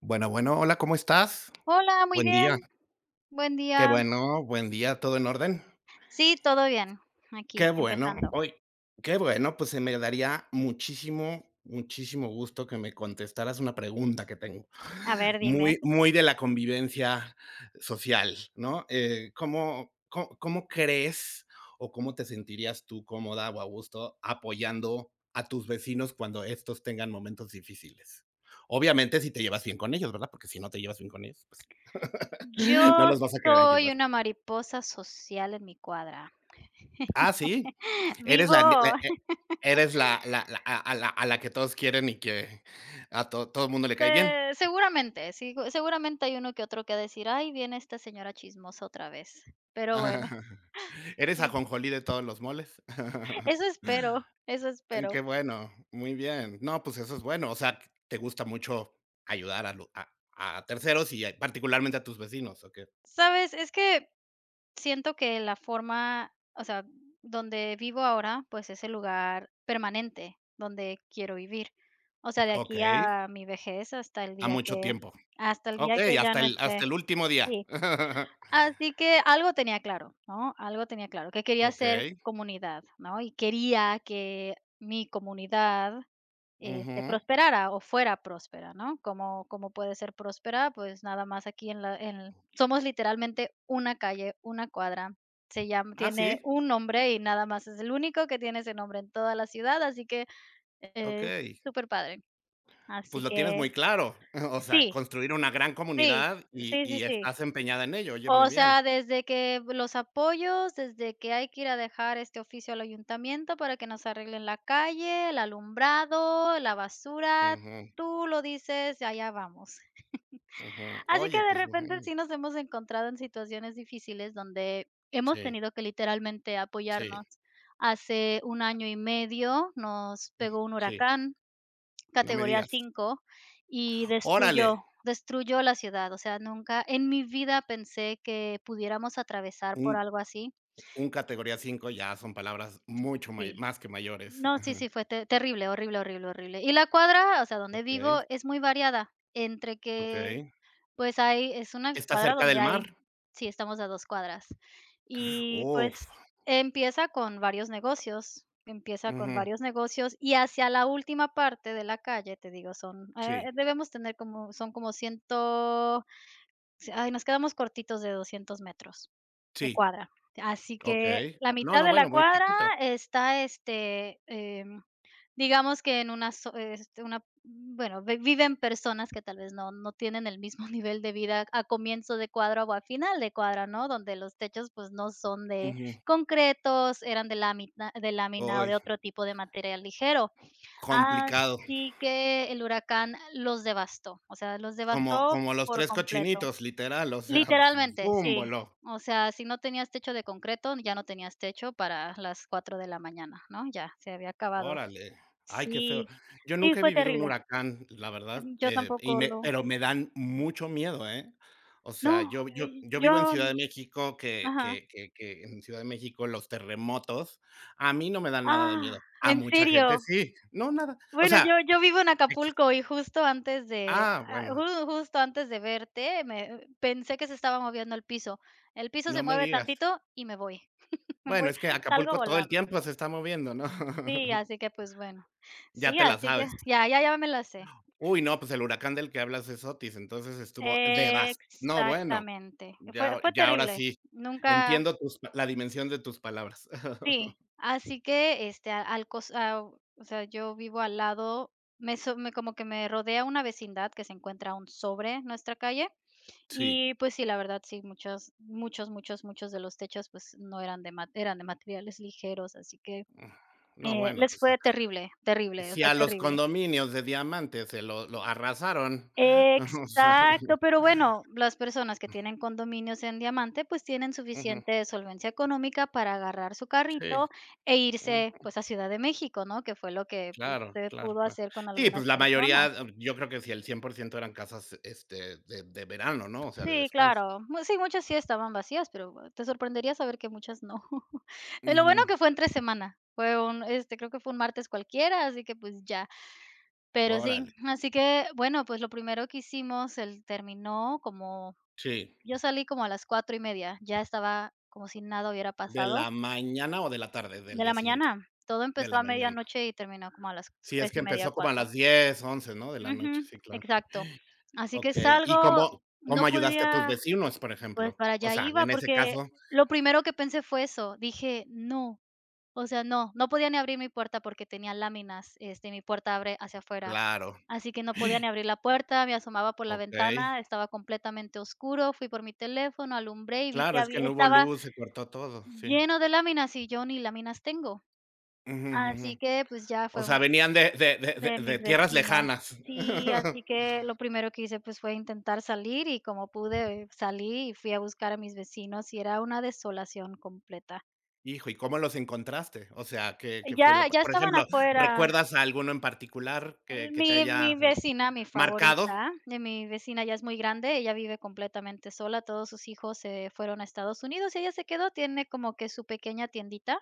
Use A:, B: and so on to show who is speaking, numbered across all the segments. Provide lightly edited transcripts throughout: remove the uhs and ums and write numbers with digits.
A: Bueno, bueno, hola, ¿cómo estás?
B: Hola, muy
A: Buen
B: bien.
A: día.
B: Buen
A: Qué
B: día.
A: bueno, buen día, ¿todo en orden?
B: Sí, todo bien. Aquí,
A: Qué bueno,
B: empezando.
A: pues se me daría muchísimo, muchísimo gusto que me contestaras una pregunta que tengo,
B: A ver, dime.
A: muy, muy de la convivencia social, ¿no? ¿Cómo crees o cómo te sentirías tú cómoda o a gusto apoyando a tus vecinos cuando estos tengan momentos difíciles? Obviamente si te llevas bien con ellos, ¿verdad? Porque si no te llevas bien con ellos. No
B: Yo
A: los vas a querer
B: soy
A: ayudar.
B: una mariposa social en mi cuadra.
A: Ah, sí. Eres la ne la
B: Vivo,
A: e eres la la a la que todos quieren y que a to todo el mundo le cae bien.
B: sigo seguramente hay uno que otro que va a decir: "Ay, viene esta señora chismosa otra vez". Pero bueno,
A: Eres
B: sí,
A: ajonjolí de todos los moles.
B: eso espero, eso
A: Mm,
B: espero.
A: qué bueno, muy bien. No, pues eso es bueno, o sea, te gusta mucho ayudar a terceros y particularmente a tus vecinos, ¿o qué?
B: ¿Sabes? Es que siento que la forma, o sea, donde vivo ahora, pues es el lugar permanente donde quiero vivir. O sea, de
A: Ok,
B: aquí a mi vejez hasta el
A: a
B: día
A: mucho
B: que
A: tiempo.
B: hasta el día
A: Okey,
B: que ya
A: hasta
B: no
A: el hasta
B: esté.
A: el último día.
B: Sí. Así que algo tenía claro, ¿no? Algo tenía claro, que quería hacer
A: Okey,
B: comunidad, ¿no? Y quería que mi comunidad
A: ujú.
B: prosperara o fuera próspera, ¿no? ¿Como como puede ser próspera? Pues nada más aquí en la, en, somos literalmente una calle, una cuadra. Se llama,
A: Ah,
B: tiene
A: sí,
B: un nombre y nada más es el único que tiene ese nombre en toda la ciudad, así que es
A: okey.
B: súper padre. Así
A: Pues lo tienes
B: que
A: muy claro, o sea,
B: sí,
A: construir una gran
B: sí,
A: comunidad y
B: sí, sí,
A: y
B: sí.
A: estás empeñada en ello, oye,
B: O
A: muy bien.
B: sea, desde que los apoyos, desde que hay que ir a dejar este oficio al ayuntamiento para que nos arreglen la calle, el alumbrado, la basura,
A: Ujú,
B: tú lo dices, allá vamos.
A: ujú.
B: Así que
A: Oye,
B: de
A: pues,
B: repente
A: ujú.
B: sí nos hemos encontrado en situaciones difíciles donde hemos
A: Sí,
B: tenido que literalmente
A: sí,
B: apoyarnos. Hace un año y medio nos pegó un
A: sí,
B: huracán
A: no me
B: categoría
A: digas.
B: 5 y
A: Órale,
B: destruyó la ciudad, o sea, nunca en mi vida pensé que pudiéramos atravesar por
A: un
B: algo así.
A: un categoría 5 ya son palabras mucho may
B: Sí.
A: más que mayores.
B: No, sí,
A: Ujú.
B: sí, fue te terrible, horrible, horrible, horrible. Y la cuadra, o sea, donde
A: Okey,
B: vivo es muy variada, entre que
A: okey.
B: pues hay es una
A: ¿Está
B: cuadra
A: cerca
B: donde
A: del
B: hay
A: mar?
B: sí, estamos a 2 cuadras. Y, pues,
A: Uf,
B: empieza con varios negocios,
A: ujú.
B: y hacia la última parte de la calle, te digo, son,
A: Sí,
B: debemos tener como son como ciento ay, nos quedamos cortitos de 200 metros de
A: sí,
B: cuadra. Así que
A: okey.
B: la
A: No,
B: mitad
A: no,
B: de la
A: bueno, muy
B: cuadra
A: chiquito.
B: está, digamos que en una so este, una bueno, vi viven personas que tal vez no tienen el mismo nivel de vida a comienzo de cuadra o a final de cuadra, ¿no? Donde los techos, pues, no son de
A: Ujú.
B: concretos, eran de lámina o de
A: Uy,
B: otro tipo de material ligero.
A: complicado.
B: Así que el huracán los devastó, o sea, los
A: Como
B: devastó
A: como los
B: por
A: 3
B: completo.
A: cochinitos, literal, o sea,
B: Literalmente,
A: bum,
B: sí.
A: voló.
B: O sea, si no tenías techo de concreto, ya no tenías techo para las 4 de la mañana, ¿no? Ya se había acabado.
A: Órale. Ay, qué feo.
B: Sí,
A: Yo
B: sí,
A: nunca he
B: fue
A: vivido un
B: terrible.
A: huracán, la verdad,
B: Yo
A: y
B: tampoco
A: me
B: lo
A: pero me dan mucho miedo, ¿eh? O sea,
B: no,
A: yo yo
B: y
A: yo vivo en
B: yo
A: Ciudad de México, que
B: ajá.
A: que que que en Ciudad de México los terremotos a mí no me dan nada de miedo.
B: Ah,
A: A
B: ¿en
A: mucha gente
B: serio?
A: sí. No, nada. O
B: Bueno, yo
A: sea,
B: yo vivo en
A: equis.
B: Acapulco y justo antes de
A: Ah,
B: ah,
A: bueno,
B: ju justo antes de verte, me pensé que se estaba moviendo el piso. El piso se
A: no me
B: mueve
A: digas.
B: tantito y me voy. Me
A: Bueno,
B: voy,
A: es que
B: salgo
A: Acapulco todo el
B: volando.
A: tiempo se está moviendo, ¿no?
B: Sí, así que, pues, bueno.
A: Ya
B: Sí,
A: te la
B: así que
A: sabes.
B: ya me la sé.
A: Uy, no, pues el huracán del que hablas es Otis, entonces estuvo devas no, bueno,
B: Exactamente. Fue
A: ya
B: fue
A: ya ahora
B: terrible.
A: sí
B: Nunca
A: entiendo la dimensión de tus palabras.
B: sí, así que, este, a al cos a o sea, yo vivo al lado, me so me como que me rodea una vecindad que se encuentra aún sobre nuestra calle,
A: Sí.
B: y pues sí, la verdad, sí, muchos de los techos, pues, no eran de ma eran de materiales ligeros, así que,
A: No, bueno,
B: les
A: pues, ah,
B: fue terrible, terrible, o
A: si
B: sea,
A: a los
B: terrible.
A: condominios de diamantes se lo arrasaron, o sea,
B: Exacto, pero bueno, las personas que tienen condominios en Diamante, pues tienen
A: ujú,
B: suficiente solvencia económica para agarrar su
A: sí,
B: carrito e
A: mm,
B: irse, pues, a Ciudad de México, ¿no? Que fue lo que, pues,
A: claro,
B: se
A: claro,
B: pudo
A: claro.
B: hacer con
A: Sí,
B: algunas
A: pues la mayoría,
B: personas.
A: yo creo que si el 100% eran casas, de verano, ¿no? O sea, de
B: Sí,
A: descanso.
B: claro. Mu Sí, muchas sí estaban vacías, pero bueno, te sorprendería saber que muchas no. Lo bueno
A: Ujú,
B: que fue entre semana, fue un, creo que fue un martes cualquiera, así que, pues, ya. Pero sí,
A: órale.
B: así que, bueno, pues, lo primero que hicimos, él terminó como
A: Sí,
B: yo salí como a las 4:30 ya estaba como si nada hubiera
A: de
B: pasado,
A: la mañana o de la tarde del
B: de la
A: día siguiente.
B: mañana. Todo
A: De
B: empezó
A: la
B: a
A: mañana.
B: medianoche y terminó como a las
A: Sí, es
B: tres
A: que
B: y media
A: empezó como a
B: 4
A: las 10, 11, ¿no?, de la
B: ujú,
A: noche, sí, claro.
B: exacto. Así que
A: Okey, ¿y
B: salgo,
A: cómo
B: no
A: cómo ayudaste a tus
B: podía,
A: vecinos, por
B: pues,
A: ejemplo?
B: para
A: O
B: allá
A: sea,
B: iba,
A: en ese
B: porque
A: caso
B: lo primero que pensé fue eso, dije: "No", o sea, no, no podía ni abrir mi puerta porque tenía láminas, mi puerta abre hacia afuera.
A: claro,
B: Así que no podía ni abrir la puerta, me asomaba por la
A: okey.
B: ventana, estaba completamente oscuro, fui por mi teléfono, alumbré y vi que
A: Claro, es que
B: había
A: no hubo
B: estaba
A: luz, se cortó todo, sí.
B: lleno de láminas, y yo ni láminas tengo.
A: Ujú,
B: Ah.
A: ujú.
B: Así que, pues, ya
A: O
B: fue
A: sea,
B: un
A: venían de de de
B: de
A: de de
B: mis
A: tierras
B: vecinos.
A: lejanas.
B: Sí, así que lo primero que hice, pues, fue intentar salir, y como pude, salí y fui a buscar a mis vecinos, y era una desolación completa.
A: Hijo, ¿y cómo los encontraste? O sea, ¿qué fue
B: Ya
A: lo p
B: ya
A: por
B: estaban
A: ejemplo,
B: afuera.
A: ¿recuerdas a alguno en particular
B: El
A: que te
B: mi mi
A: haya
B: vecina, mi
A: marcado?
B: favorita, de mi vecina ya es muy grande, ella vive completamente sola, todos sus hijos se fueron a Estados Unidos y ella se quedó, tiene como que su pequeña tiendita,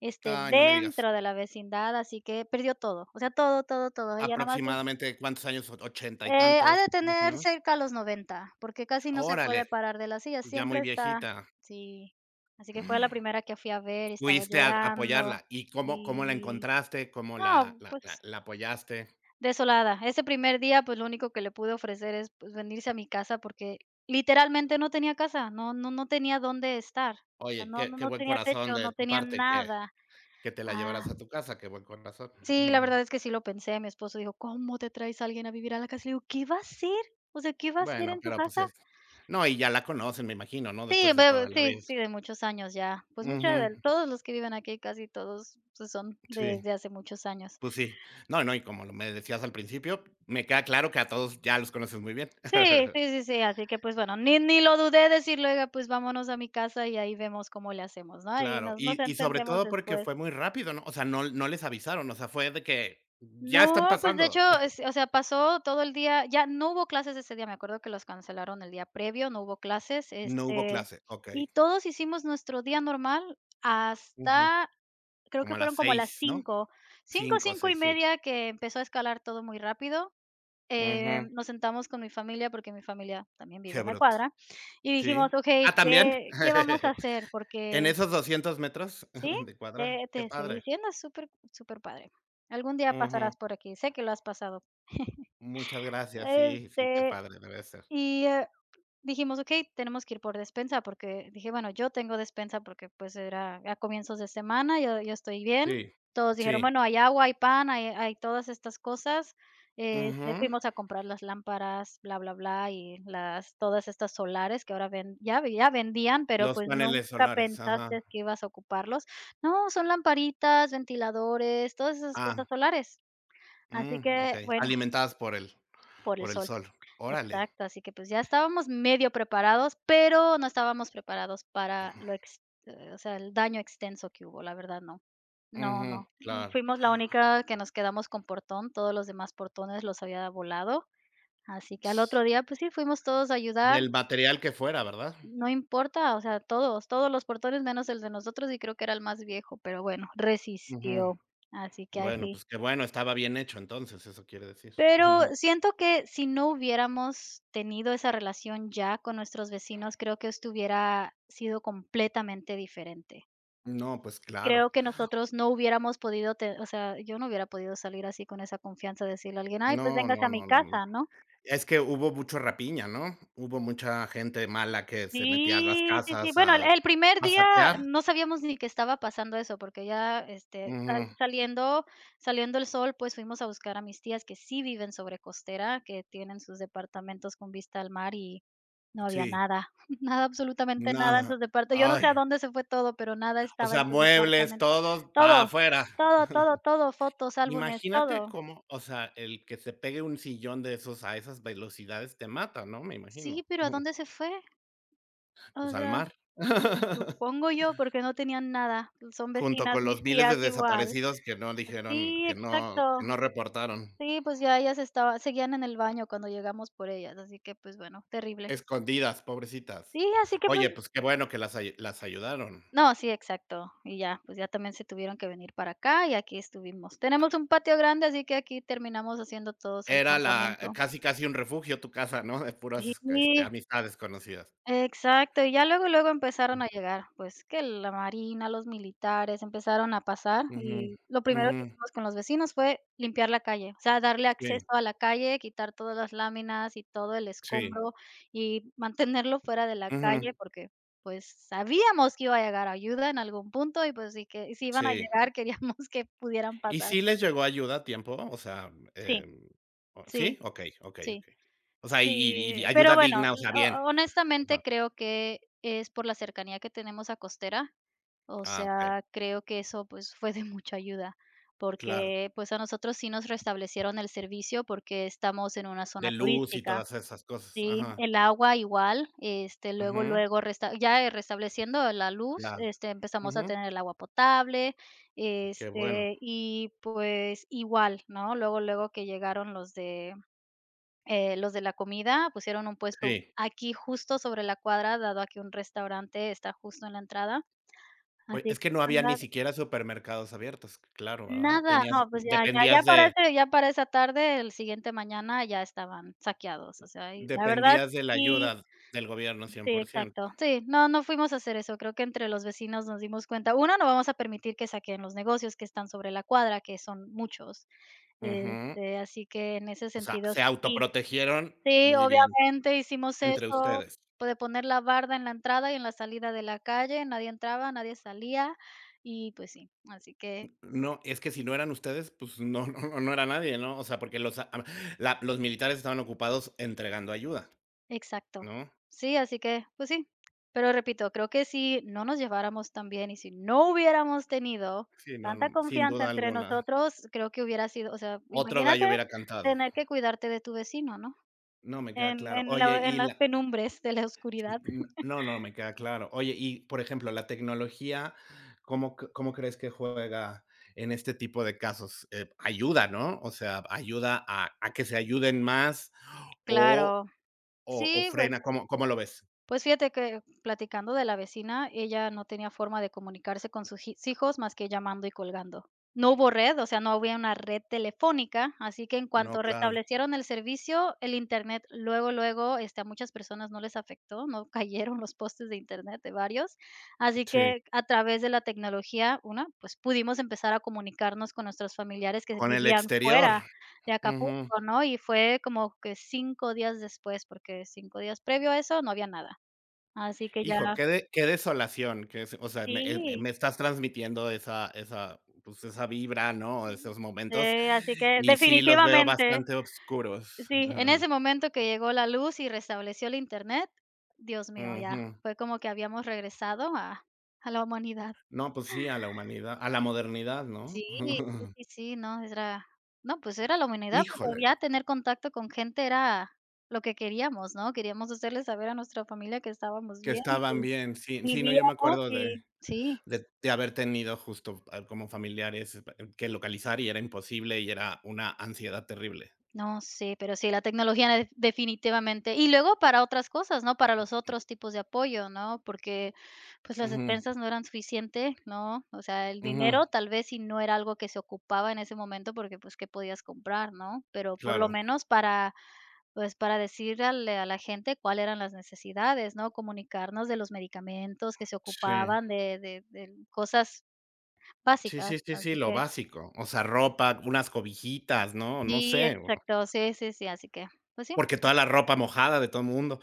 A: Ay, no me digas.
B: dentro de la vecindad, así que perdió todo, o sea, todo, todo, todo. Ella nada más
A: Aproximadamente, ¿cuántos años, 80 y
B: ha
A: tantos,
B: de
A: más o
B: tener
A: menos?
B: cerca a los 90, porque casi no se puede
A: Órale,
B: parar de la silla,
A: ya muy
B: siempre está
A: viejita.
B: sí. Así que fue la primera que fui a ver, estaba
A: Fuiste a
B: llorando
A: apoyarla, ¿y cómo la
B: y
A: encontraste? ¿Cómo la
B: no,
A: la la
B: pues
A: la apoyaste?
B: desolada. Ese primer día, pues, lo único que le pude ofrecer es, pues, venirse a mi casa, porque literalmente no tenía casa, no no no tenía dónde estar. O sea,
A: Oye,
B: no
A: qué
B: no
A: qué
B: no
A: buen
B: tenía
A: corazón
B: techo,
A: de
B: no
A: tu
B: tenía
A: parte que
B: nada.
A: que te la
B: Ah,
A: llevaras a tu casa, qué buen corazón.
B: sí, la
A: Ujú,
B: verdad es que sí lo pensé. Mi esposo dijo: "¿Cómo te traes a alguien a vivir a la casa?" Le digo: "¿Qué va a hacer? O sea, ¿qué va a hacer
A: bueno,
B: en tu
A: pero, pues,
B: casa?"
A: es no, y ya la conocen, me imagino, ¿no?
B: Sí,
A: Después de
B: bue
A: toda la
B: sí,
A: vida.
B: sí, de muchos años ya. Pues, muchos,
A: Ujú,
B: de todos los que viven aquí, casi todos, pues, son
A: sí,
B: desde hace muchos años.
A: pues sí. No, no, y como me decías al principio, me queda claro que a todos ya los conoces muy bien.
B: Sí, sí, sí, sí, así que, pues, bueno, ni lo dudé decirle: "Oiga, pues, vámonos a mi casa y ahí vemos cómo le hacemos", ¿no? Ahí
A: Claro,
B: nos
A: y sobre
B: entendemos
A: todo porque
B: después.
A: fue muy rápido, ¿no? O sea, no les avisaron, o sea, fue de que ya están
B: No, pues, de
A: pasando.
B: hecho, es o sea, pasó todo el día, ya no hubo clases ese día, me acuerdo que los cancelaron el día previo, no hubo clases,
A: No hubo clase,
B: y
A: okey.
B: todos hicimos nuestro día normal
A: Ujú.
B: hasta creo
A: Como
B: que
A: a
B: fueron
A: las
B: como las
A: 6, ¿no?
B: 5, cinco,
A: 5 o
B: 5 y
A: 6, sí.
B: media que empezó a escalar todo muy rápido.
A: Ujú.
B: Nos sentamos con mi familia, porque mi familia también vive
A: Qué
B: en la
A: bruto.
B: cuadra, y
A: Sí.
B: dijimos: "Okey,
A: Ah, ¿también?
B: ¿qué qué vamos a hacer?".
A: En
B: Porque
A: esos 200 metros
B: sí,
A: de cuadra.
B: te
A: Qué
B: te estoy
A: padre.
B: diciendo, es súper súper padre algún día
A: Ujú.
B: pasarás por aquí, sé que lo has pasado.
A: Muchas gracias. Sí, sí, qué
B: Este,
A: padre debe ser.
B: y, eh Dijimos: "Okey, tenemos que ir por despensa", porque dije: "Bueno, yo tengo despensa", porque, pues, era a comienzos de semana, yo estoy bien.
A: Sí,
B: Todos dijeron:
A: sí.
B: "Bueno, hay agua, hay pan, hay todas estas cosas".
A: Ujú.
B: Fuimos a comprar las lámparas, bla, bla, bla, y las todas estas solares que ahora ya vendían, pero,
A: Los
B: pues,
A: paneles
B: nunca
A: solares, ajá.
B: pensaste que ibas a ocuparlos. No, son lamparitas, ventiladores, todas esas cosas
A: Ah,
B: solares. Así
A: mm,
B: que,
A: okey.
B: bueno,
A: Alimentadas por el
B: por el
A: por el
B: sol.
A: sol. Órale.
B: Exacto, así que, pues, ya estábamos medio preparados, pero no estábamos preparados para lo ex o sea, el daño extenso que hubo, la verdad, no. No,
A: Ujú,
B: no, mm,
A: claro.
B: fuimos la única que nos quedamos con portón, todos los demás portones los había volado, así que al otro día, pues sí, fuimos todos a ayudar,
A: Del material que fuera, ¿verdad?
B: no importa, o sea, todos, todos los portones menos el de nosotros, y creo que era el más viejo, pero bueno,
A: Ujú.
B: resistió, así que
A: Bueno,
B: así.
A: pues qué bueno, estaba bien hecho entonces, eso quiere decir.
B: Pero siento que si no hubiéramos tenido esa relación ya con nuestros vecinos, creo que esto hubiera sido completamente diferente.
A: No, pues
B: Creo
A: claro.
B: que nosotros no hubiéramos podido, te o sea, yo no hubiera podido salir así con esa confianza de decirle a alguien: "Ay, pues
A: No,
B: véngase
A: no,
B: a mi
A: no, no, no.
B: casa", ¿no?
A: Es que hubo mucho rapiña, ¿no? Hubo mucha gente mala que se metía a las
B: Sí, sí, sí.
A: casas
B: Bueno, el
A: a
B: el primer
A: a
B: día
A: saquear.
B: no sabíamos ni que estaba pasando eso, porque ya,
A: Ujú.
B: saliendo el sol, pues fuimos a buscar a mis tías que sí viven sobre costera, que tienen sus departamentos con vista al mar y no había
A: Sí.
B: nada, nada, absolutamente nada en
A: Nada.
B: sus departe yo no
A: Ay,
B: sé a dónde se fue todo, pero nada
A: o
B: estaba
A: sea,
B: en sus
A: muebles,
B: departamentos.
A: todos para
B: Todo,
A: afuera.
B: todo, todo, todo, fotos, álbumes,
A: Imagínate
B: todo.
A: cómo, o sea, el que se pegue un sillón de esos a esas velocidades te mata, ¿no? Me
B: Sí,
A: imagino.
B: pero ¿a dónde se fue? O
A: Pues al
B: sea,
A: mar.
B: supongo yo, porque no tenían nada. Son
A: Junto
B: vecinas,
A: con los
B: mis
A: miles
B: tías
A: de
B: igual.
A: desaparecidos que no dijeron,
B: Sí,
A: que
B: exacto.
A: no que no reportaron.
B: Sí, pues ya ellas estaba seguían en el baño cuando llegamos por ellas, así que, pues, bueno, terrible.
A: Escondidas, pobrecitas.
B: Sí, así que, pues
A: Oye, pues qué bueno que las ayudaron.
B: no, sí, exacto. Y ya, pues ya también se tuvieron que venir para acá y aquí estuvimos. Tenemos un patio grande, así que aquí terminamos haciendo todos el
A: Era la
B: campamento.
A: casi, casi un refugio tu casa, ¿no? De puras,
B: Sí.
A: amistades conocidas.
B: Exacto, y ya luego, luego empezaron a llegar, pues, que la marina, los militares empezaron a pasar,
A: Ujú,
B: y lo primero
A: ujú.
B: que hicimos con los vecinos fue limpiar la calle, o sea, darle acceso
A: Sí,
B: a la calle, quitar todas las láminas y todo el
A: sí.
B: escombro, y mantenerlo fuera de la
A: Ujú,
B: calle, porque, pues, sabíamos que iba a llegar ayuda en algún punto y, pues, sí que y si iban a
A: sí.
B: llegar, queríamos que pudieran
A: ¿Y
B: pasar.
A: sí les llegó ayuda a tiempo? O sea,
B: Sí, sí,
A: ¿sí? Okey, okey,
B: sí.
A: okey. O sea, y
B: Sí,
A: y y
B: pero
A: ayuda
B: bueno,
A: digna, o
B: l
A: sea, bien.
B: ho
A: O
B: honestamente
A: sea,
B: creo que es por la cercanía que tenemos a Costera, o
A: ah, okey,
B: sea, creo que eso, pues, fue de mucha ayuda,
A: claro.
B: porque, pues, a nosotros sí nos restablecieron el servicio porque estamos en una
A: De
B: zona
A: luz y
B: turística,
A: todas esas cosas,
B: sí,
A: ajá.
B: el agua igual, este, luego,
A: Ujú,
B: luego restableciendo la luz,
A: ya,
B: este, empezamos a
A: ujú.
B: tener el agua potable,
A: Qué bueno.
B: este, y, pues, igual, ¿no? Luego, luego que llegaron los de la comida pusieron un puesto
A: Sí.
B: aquí justo sobre la cuadra, dado a que un restaurante está justo en la entrada.
A: Oye,
B: Así
A: es
B: que,
A: que no había
B: la
A: ni
B: verdad,
A: siquiera supermercados abiertos, claro, ¿verdad?
B: nada,
A: Tenías
B: no, pues ya
A: dependías
B: para
A: de
B: ese para esa tarde, el siguiente mañana ya estaban saqueados, o sea, y la verdad,
A: dependías de la
B: sí,
A: ayuda del gobierno cien
B: sí,
A: por ciento
B: exacto. Sí, no, no fuimos a hacer eso, creo que entre los vecinos nos dimos cuenta. Uno, no vamos a permitir que saquen los negocios que están sobre la cuadra, que son muchos.
A: Ujú.
B: Este, así que en ese
A: O sea,
B: sentido,
A: se
B: sí.
A: autoprotegieron
B: Sí,
A: muy bien
B: obviamente hicimos
A: entre
B: eso,
A: ustedes.
B: pues, de poner la barda en la entrada y en la salida de la calle, nadie entraba, nadie salía, y pues sí, así que
A: No, es que si no eran ustedes, pues no no era nadie, ¿no? O sea, porque los a la los militares estaban ocupados entregando ayuda,
B: exacto.
A: ¿no?
B: Sí, así que, pues sí. Pero repito, creo que si no nos lleváramos tan bien y si no hubiéramos tenido
A: Sí, no,
B: tanta
A: no, sin
B: confianza
A: duda
B: entre
A: alguna.
B: nosotros, creo que hubiera sido, o sea,
A: Otro
B: imagínate
A: gallo hubiera cantado.
B: tener que cuidarte de tu vecino, ¿no?
A: No, me queda
B: En
A: claro.
B: en
A: Oye,
B: la en
A: y
B: las
A: la
B: penumbres de la
A: sí,
B: oscuridad.
A: n no, no, me queda claro. Oye, y, por ejemplo, la tecnología, ¿cómo crees que juega en este tipo de casos? Ayuda, ¿no? O sea, ayuda a que se ayuden más o
B: Claro.
A: o
B: Sí, pues.
A: frena, ¿cómo lo ves?
B: Pues fíjate que platicando de la vecina, ella no tenía forma de comunicarse con sus hijos más que llamando y colgando. No hubo red, o sea, no había una red telefónica, así que en
A: No,
B: cuanto
A: claro.
B: restablecieron el servicio, el internet luego, luego, este, a muchas personas no les afectó, no cayeron los postes de internet de varios, así
A: Sí,
B: que a través de la tecnología, una, pues pudimos empezar a comunicarnos con nuestros familiares que
A: con el
B: vivían
A: exterior.
B: fuera de Acapulco, ¿no? Y fue como que 5 días después, porque 5 días previo a eso no había nada. Así que ya
A: Hijo, qué desolación, que es, o sea, me, eh,
B: sí,
A: me estás transmitiendo esa pues, esa vibra, ¿no? Esos
B: sí,
A: momentos,
B: así que
A: y sí los veo
B: definitivamente,
A: bastante oscuros.
B: sí, en
A: Ajá.
B: ese momento que llegó la luz y restableció el Internet, Dios mío, ya
A: Ujú.
B: fue como que habíamos regresado a la humanidad.
A: No, pues sí, a la humanidad, a la modernidad,
B: Sí,
A: ¿no?
B: sí, sí, sí, no, era no, pues era la humanidad, porque
A: Híjole,
B: ya tener contacto con gente era lo que queríamos, ¿no? Queríamos hacerle saber a nuestra familia que estábamos
A: que
B: bien y
A: estaban
B: que
A: bien. Sí, sí, no, yo me
B: vivíamos
A: acuerdo de
B: y sí.
A: de de haber tenido justo, ah, como familiares que localizar y era imposible, y era una ansiedad terrible.
B: No sé, pero sí, la tecnología de definitivamente. Y luego para otras cosas, ¿no? Para los otros tipos de apoyo, ¿no? Porque, pues, las
A: Ujú,
B: despensas no eran suficiente, ¿no? O sea, el
A: ujú,
B: dinero tal vez si no era algo que se ocupaba en ese momento porque, pues, ¿qué podías comprar, no? Pero por lo
A: claro,
B: menos para, pues, para decirle a la gente cuáles eran las necesidades, ¿no? Comunicarnos de los medicamentos que se
A: sí.
B: ocupaban, de cosas
A: Sí,
B: básicas.
A: sí, sí, sí,
B: Así
A: lo
B: que
A: básico. O sea, ropa, unas cobijitas, ¿no? No
B: sí,
A: sé,
B: exacto. Sí, sí, sí. Así que, pues sí.
A: porque toda la ropa mojada de todo el mundo.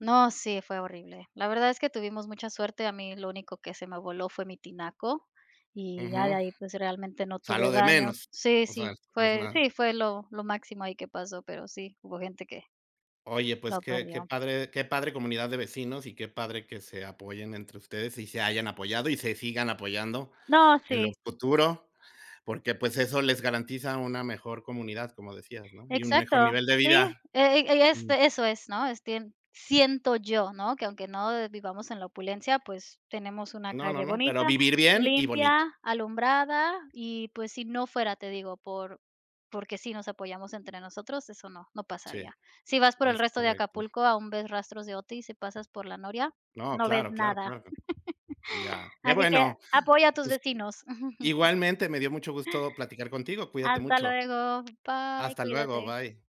B: No, sí, fue horrible. La verdad es que tuvimos mucha suerte, a mí lo único que se me voló fue mi tinaco y ya de
A: Ujú.
B: ahí, pues, realmente no
A: O sea,
B: tuve
A: lo de
B: daño.
A: menos.
B: Sí,
A: O sea, es nada.
B: sí, fue lo máximo ahí que pasó, pero sí, hubo gente que
A: Oye, pues
B: lo
A: qué qué
B: perdió.
A: padre qué padre comunidad de vecinos y qué padre que se apoyen entre ustedes y se hayan apoyado y se sigan apoyando
B: No,
A: en lo
B: sí.
A: futuro, porque, pues, eso les garantiza una mejor comunidad, como decías, ¿no? Y un
B: Exacto,
A: mejor nivel de
B: sí,
A: vida.
B: es
A: Mm.
B: eso es, ¿no? Es tien siento yo, ¿no? Que aunque no vivamos en la opulencia, pues tenemos una
A: No, no,
B: calle
A: no,
B: bonita,
A: pero vivir bien y bonito.
B: limpia, alumbrada y, pues, si no fuera, te digo, por porque si nos apoyamos entre nosotros, eso no, no
A: Sí,
B: pasaría. Si vas por el
A: es
B: resto de
A: correcto.
B: Acapulco, aún ves rastros de Otis, si pasas por La Noria,
A: No,
B: no ves
A: claro, claro,
B: nada.
A: claro. Ya. Qué
B: Así que
A: bueno.
B: apoya a tus
A: Pues,
B: vecinos.
A: igualmente me dio mucho gusto platicar contigo. Cuídate
B: Hasta
A: mucho.
B: luego, bye,
A: Hasta luego.
B: cuídate.
A: Bye.